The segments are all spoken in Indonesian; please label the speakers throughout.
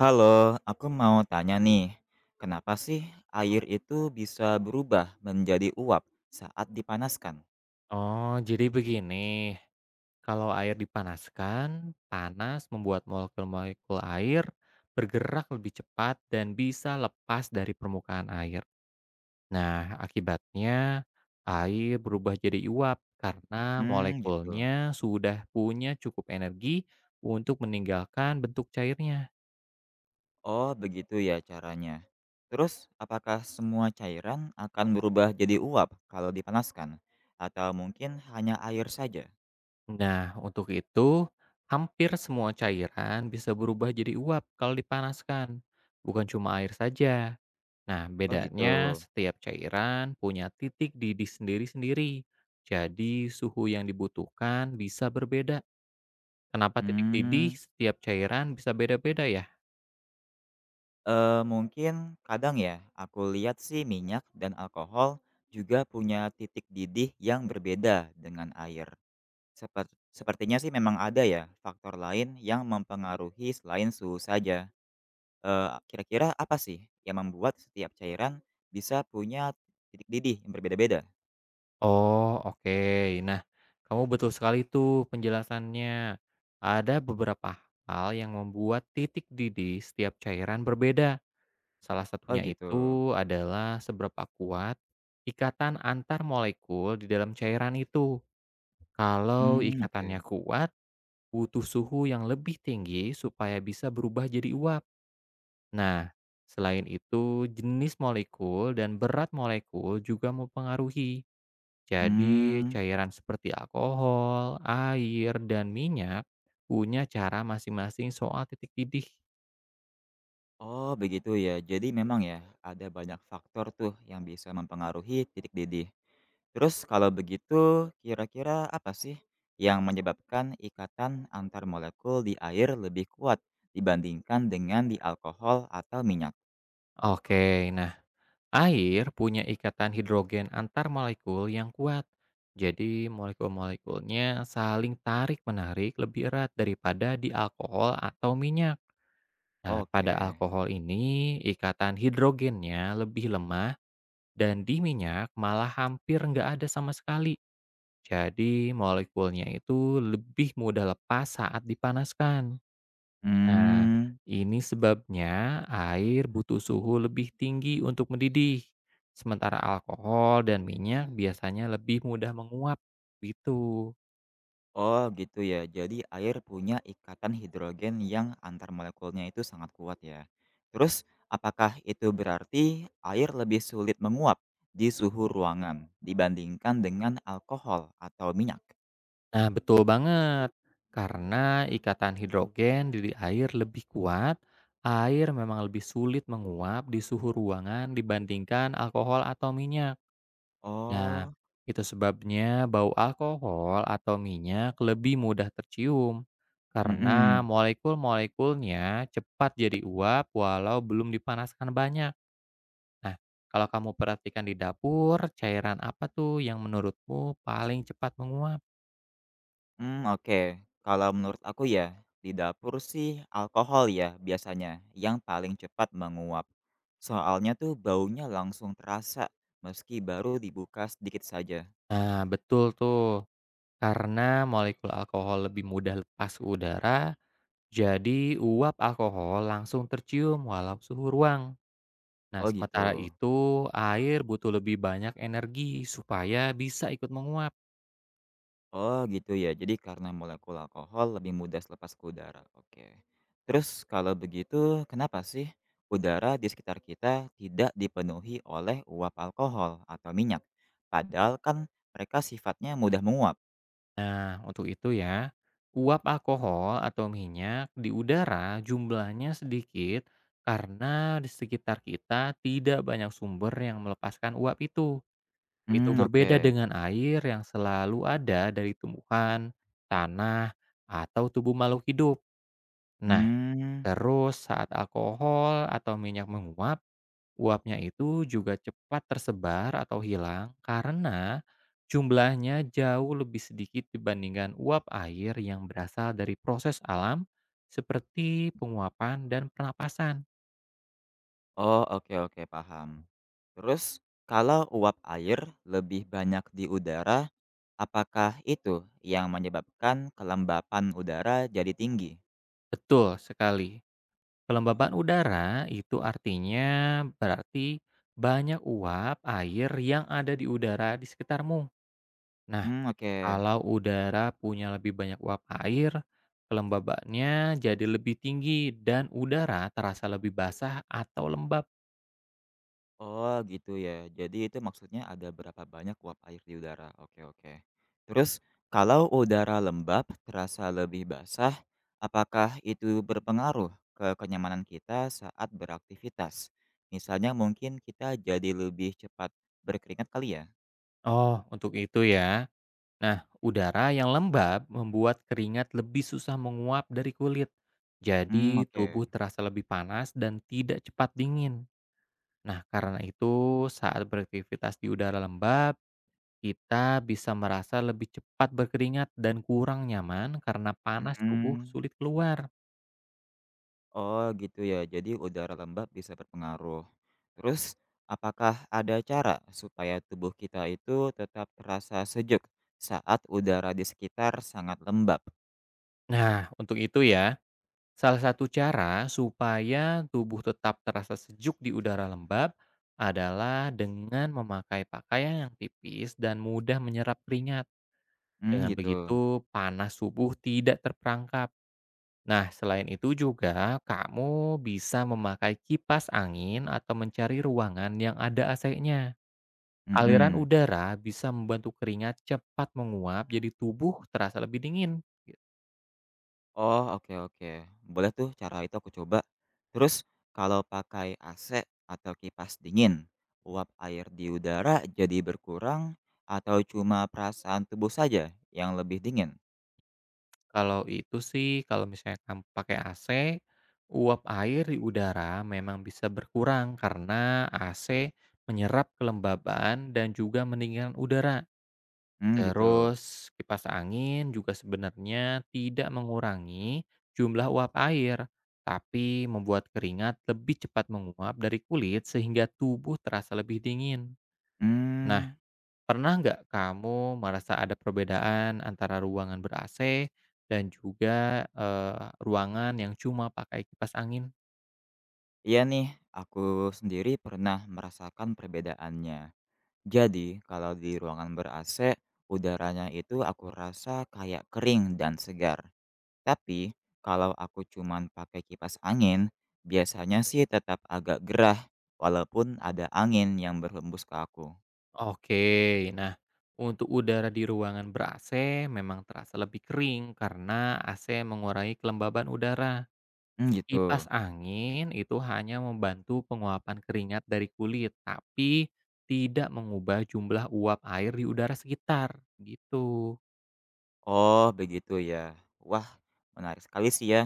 Speaker 1: Halo, aku mau tanya nih, kenapa sih air itu bisa berubah menjadi uap saat dipanaskan?
Speaker 2: Oh, jadi begini. Kalau air dipanaskan, panas membuat molekul-molekul air bergerak lebih cepat dan bisa lepas dari permukaan air. Nah, akibatnya air berubah jadi uap karena
Speaker 1: Ya, hmm, gitu.
Speaker 2: molekulnya sudah punya cukup energi untuk meninggalkan bentuk cairnya.
Speaker 1: Oh, begitu ya caranya. Terus, apakah semua cairan akan berubah jadi uap kalau dipanaskan? Atau mungkin hanya air saja?
Speaker 2: Nah, untuk itu hampir semua cairan bisa berubah jadi uap kalau dipanaskan. Bukan cuma air saja. Nah,
Speaker 1: Oh, gitu.
Speaker 2: bedanya setiap cairan punya titik didih sendiri-sendiri. Jadi, suhu yang dibutuhkan bisa berbeda. Kenapa titik didih
Speaker 1: Hmm,
Speaker 2: setiap cairan bisa beda-beda ya?
Speaker 1: mungkin kadang ya, aku lihat sih minyak dan alkohol juga punya titik didih yang berbeda dengan air. Sepertinya sih memang ada ya, faktor lain yang mempengaruhi selain suhu saja. Kira-kira apa sih yang membuat setiap cairan bisa punya titik didih yang berbeda-beda?
Speaker 2: Oh, oke. Nah, kamu betul sekali tuh penjelasannya. Ada beberapa hal yang membuat titik didih setiap cairan berbeda. Salah
Speaker 1: Oh
Speaker 2: satunya
Speaker 1: gitu.
Speaker 2: itu adalah seberapa kuat ikatan antar molekul di dalam cairan itu. Kalau
Speaker 1: Mmm, oke.
Speaker 2: ikatannya kuat, butuh suhu yang lebih tinggi supaya bisa berubah jadi uap. Nah, selain itu, jenis molekul dan berat molekul juga mempengaruhi. Jadi,
Speaker 1: Mmm.
Speaker 2: cairan seperti alkohol, air, dan minyak punya cara masing-masing soal titik didih.
Speaker 1: Oh, begitu ya. Jadi memang ya, ada banyak faktor tuh yang bisa mempengaruhi titik didih. Terus kalau begitu, kira-kira apa sih yang menyebabkan ikatan antar molekul di air lebih kuat dibandingkan dengan di alkohol atau minyak?
Speaker 2: Oke, nah, air punya ikatan hidrogen antar molekul yang kuat. Jadi, molekul-molekulnya saling tarik-menarik lebih erat daripada di alkohol atau minyak. Nah, pada
Speaker 1: Oke.
Speaker 2: alkohol ini, ikatan hidrogennya lebih lemah dan di minyak malah hampir nggak ada sama sekali. Jadi, molekulnya itu lebih mudah lepas saat dipanaskan. Nah,
Speaker 1: Hmm.
Speaker 2: ini sebabnya air butuh suhu lebih tinggi untuk mendidih. Sementara alkohol dan minyak biasanya lebih mudah menguap. Gitu.
Speaker 1: Oh gitu ya. Jadi air punya ikatan hidrogen yang antar molekulnya itu sangat kuat ya. Terus apakah itu berarti air lebih sulit menguap di suhu ruangan dibandingkan dengan alkohol atau minyak?
Speaker 2: Nah, betul banget. Karena ikatan hidrogen di air lebih kuat, air memang lebih sulit menguap di suhu ruangan dibandingkan alkohol atau minyak. Nah,
Speaker 1: Oh,
Speaker 2: itu sebabnya bau alkohol atau minyak lebih mudah tercium karena
Speaker 1: mm-mm.
Speaker 2: molekul-molekulnya cepat jadi uap walau belum dipanaskan banyak. Nah, kalau kamu perhatikan di dapur, cairan apa tuh yang menurutmu paling cepat menguap?
Speaker 1: Hmm, oke. Kalau menurut aku ya, di dapur sih alkohol ya biasanya yang paling cepat menguap. Soalnya tuh baunya langsung terasa meski baru dibuka sedikit saja.
Speaker 2: Nah, betul tuh. Karena molekul alkohol lebih mudah lepas ke udara, jadi uap alkohol langsung tercium walau suhu ruang. Nah,
Speaker 1: Oh
Speaker 2: sementara
Speaker 1: gitu.
Speaker 2: itu, air butuh lebih banyak energi supaya bisa ikut menguap.
Speaker 1: Oh gitu ya, jadi karena molekul alkohol lebih mudah selepas ke udara. Oke. Terus kalau begitu, kenapa sih udara di sekitar kita tidak dipenuhi oleh uap alkohol atau minyak? Padahal kan mereka sifatnya mudah menguap.
Speaker 2: Nah, untuk itu ya, uap alkohol atau minyak di udara jumlahnya sedikit karena di sekitar kita tidak banyak sumber yang melepaskan uap itu. Itu
Speaker 1: Hmm,
Speaker 2: berbeda
Speaker 1: oke.
Speaker 2: dengan air yang selalu ada dari tumbuhan, tanah, atau tubuh makhluk hidup. Nah,
Speaker 1: Hmm.
Speaker 2: terus saat alkohol atau minyak menguap, uapnya itu juga cepat tersebar atau hilang karena jumlahnya jauh lebih sedikit dibandingkan uap air yang berasal dari proses alam seperti penguapan dan pernapasan.
Speaker 1: Oh, oke oke paham. Terus kalau uap air lebih banyak di udara, apakah itu yang menyebabkan kelembapan udara jadi tinggi?
Speaker 2: Betul sekali. Kelembaban udara itu artinya berarti banyak uap air yang ada di udara di sekitarmu. Nah,
Speaker 1: Hmm, oke.
Speaker 2: kalau udara punya lebih banyak uap air, kelembabannya jadi lebih tinggi dan udara terasa lebih basah atau lembab.
Speaker 1: Oh gitu ya. Jadi itu maksudnya ada berapa banyak uap air di udara. Oke oke. Terus kalau udara lembab terasa lebih basah, apakah itu berpengaruh ke kenyamanan kita saat beraktivitas? Misalnya mungkin kita jadi lebih cepat berkeringat kali ya?
Speaker 2: Oh, untuk itu ya. Nah, udara yang lembab membuat keringat lebih susah menguap dari kulit.
Speaker 1: Hmm
Speaker 2: Jadi,
Speaker 1: oke.
Speaker 2: tubuh terasa lebih panas dan tidak cepat dingin. Nah, karena itu saat beraktivitas di udara lembab, kita bisa merasa lebih cepat berkeringat dan kurang nyaman karena panas tubuh
Speaker 1: Mhm.
Speaker 2: sulit keluar.
Speaker 1: Oh gitu ya, jadi udara lembab bisa berpengaruh. Terus, apakah ada cara supaya tubuh kita itu tetap terasa sejuk saat udara di sekitar sangat lembab?
Speaker 2: Nah, untuk itu ya, salah satu cara supaya tubuh tetap terasa sejuk di udara lembab adalah dengan memakai pakaian yang tipis dan mudah menyerap keringat.
Speaker 1: Hmm
Speaker 2: Dengan
Speaker 1: gitu.
Speaker 2: begitu, panas tubuh tidak terperangkap. Nah, selain itu juga kamu bisa memakai kipas angin atau mencari ruangan yang ada AC-nya. Aliran
Speaker 1: Mhm.
Speaker 2: udara bisa membantu keringat cepat menguap jadi tubuh terasa lebih dingin.
Speaker 1: Oh oke oke, boleh tuh cara itu aku coba. Terus, kalau pakai AC atau kipas dingin, uap air di udara jadi berkurang atau cuma perasaan tubuh saja yang lebih dingin?
Speaker 2: Kalau itu sih, kalau misalnya kamu pakai AC, uap air di udara memang bisa berkurang karena AC menyerap kelembaban dan juga pendinginan udara.
Speaker 1: Hmm gitu.
Speaker 2: Terus kipas angin juga sebenarnya tidak mengurangi jumlah uap air, tapi membuat keringat lebih cepat menguap dari kulit sehingga tubuh terasa lebih dingin. Nah,
Speaker 1: Hmm.
Speaker 2: pernah nggak kamu merasa ada perbedaan antara ruangan ber-AC dan juga ruangan yang cuma pakai kipas angin?
Speaker 1: Iya nih, aku sendiri pernah merasakan perbedaannya. Jadi, kalau di ruangan ber-AC, udaranya itu aku rasa kayak kering dan segar. Tapi, kalau aku cuman pakai kipas angin, biasanya sih tetap agak gerah, walaupun ada angin yang berhembus ke aku.
Speaker 2: Oke, nah untuk udara di ruangan ber-AC memang terasa lebih kering karena AC mengurangi kelembaban udara.
Speaker 1: Hmm, gitu.
Speaker 2: Kipas angin itu hanya membantu penguapan keringat dari kulit, tapi tidak mengubah jumlah uap air di udara sekitar, gitu.
Speaker 1: Oh, begitu ya. Wah, menarik sekali sih ya.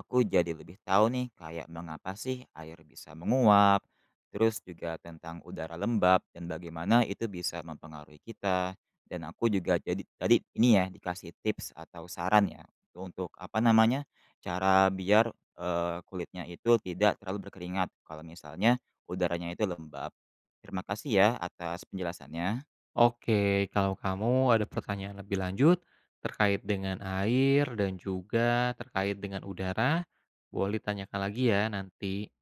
Speaker 1: Aku jadi lebih tahu nih kayak mengapa sih air bisa menguap, terus juga tentang udara lembab dan bagaimana itu bisa mempengaruhi kita. Dan aku juga jadi tadi ini ya dikasih tips atau saran ya untuk apa namanya? Cara biar kulitnya itu tidak terlalu berkeringat kalau misalnya udaranya itu lembab. Terima kasih ya atas penjelasannya.
Speaker 2: Oke, kalau kamu ada pertanyaan lebih lanjut terkait dengan air dan juga terkait dengan udara, boleh tanyakan lagi ya nanti.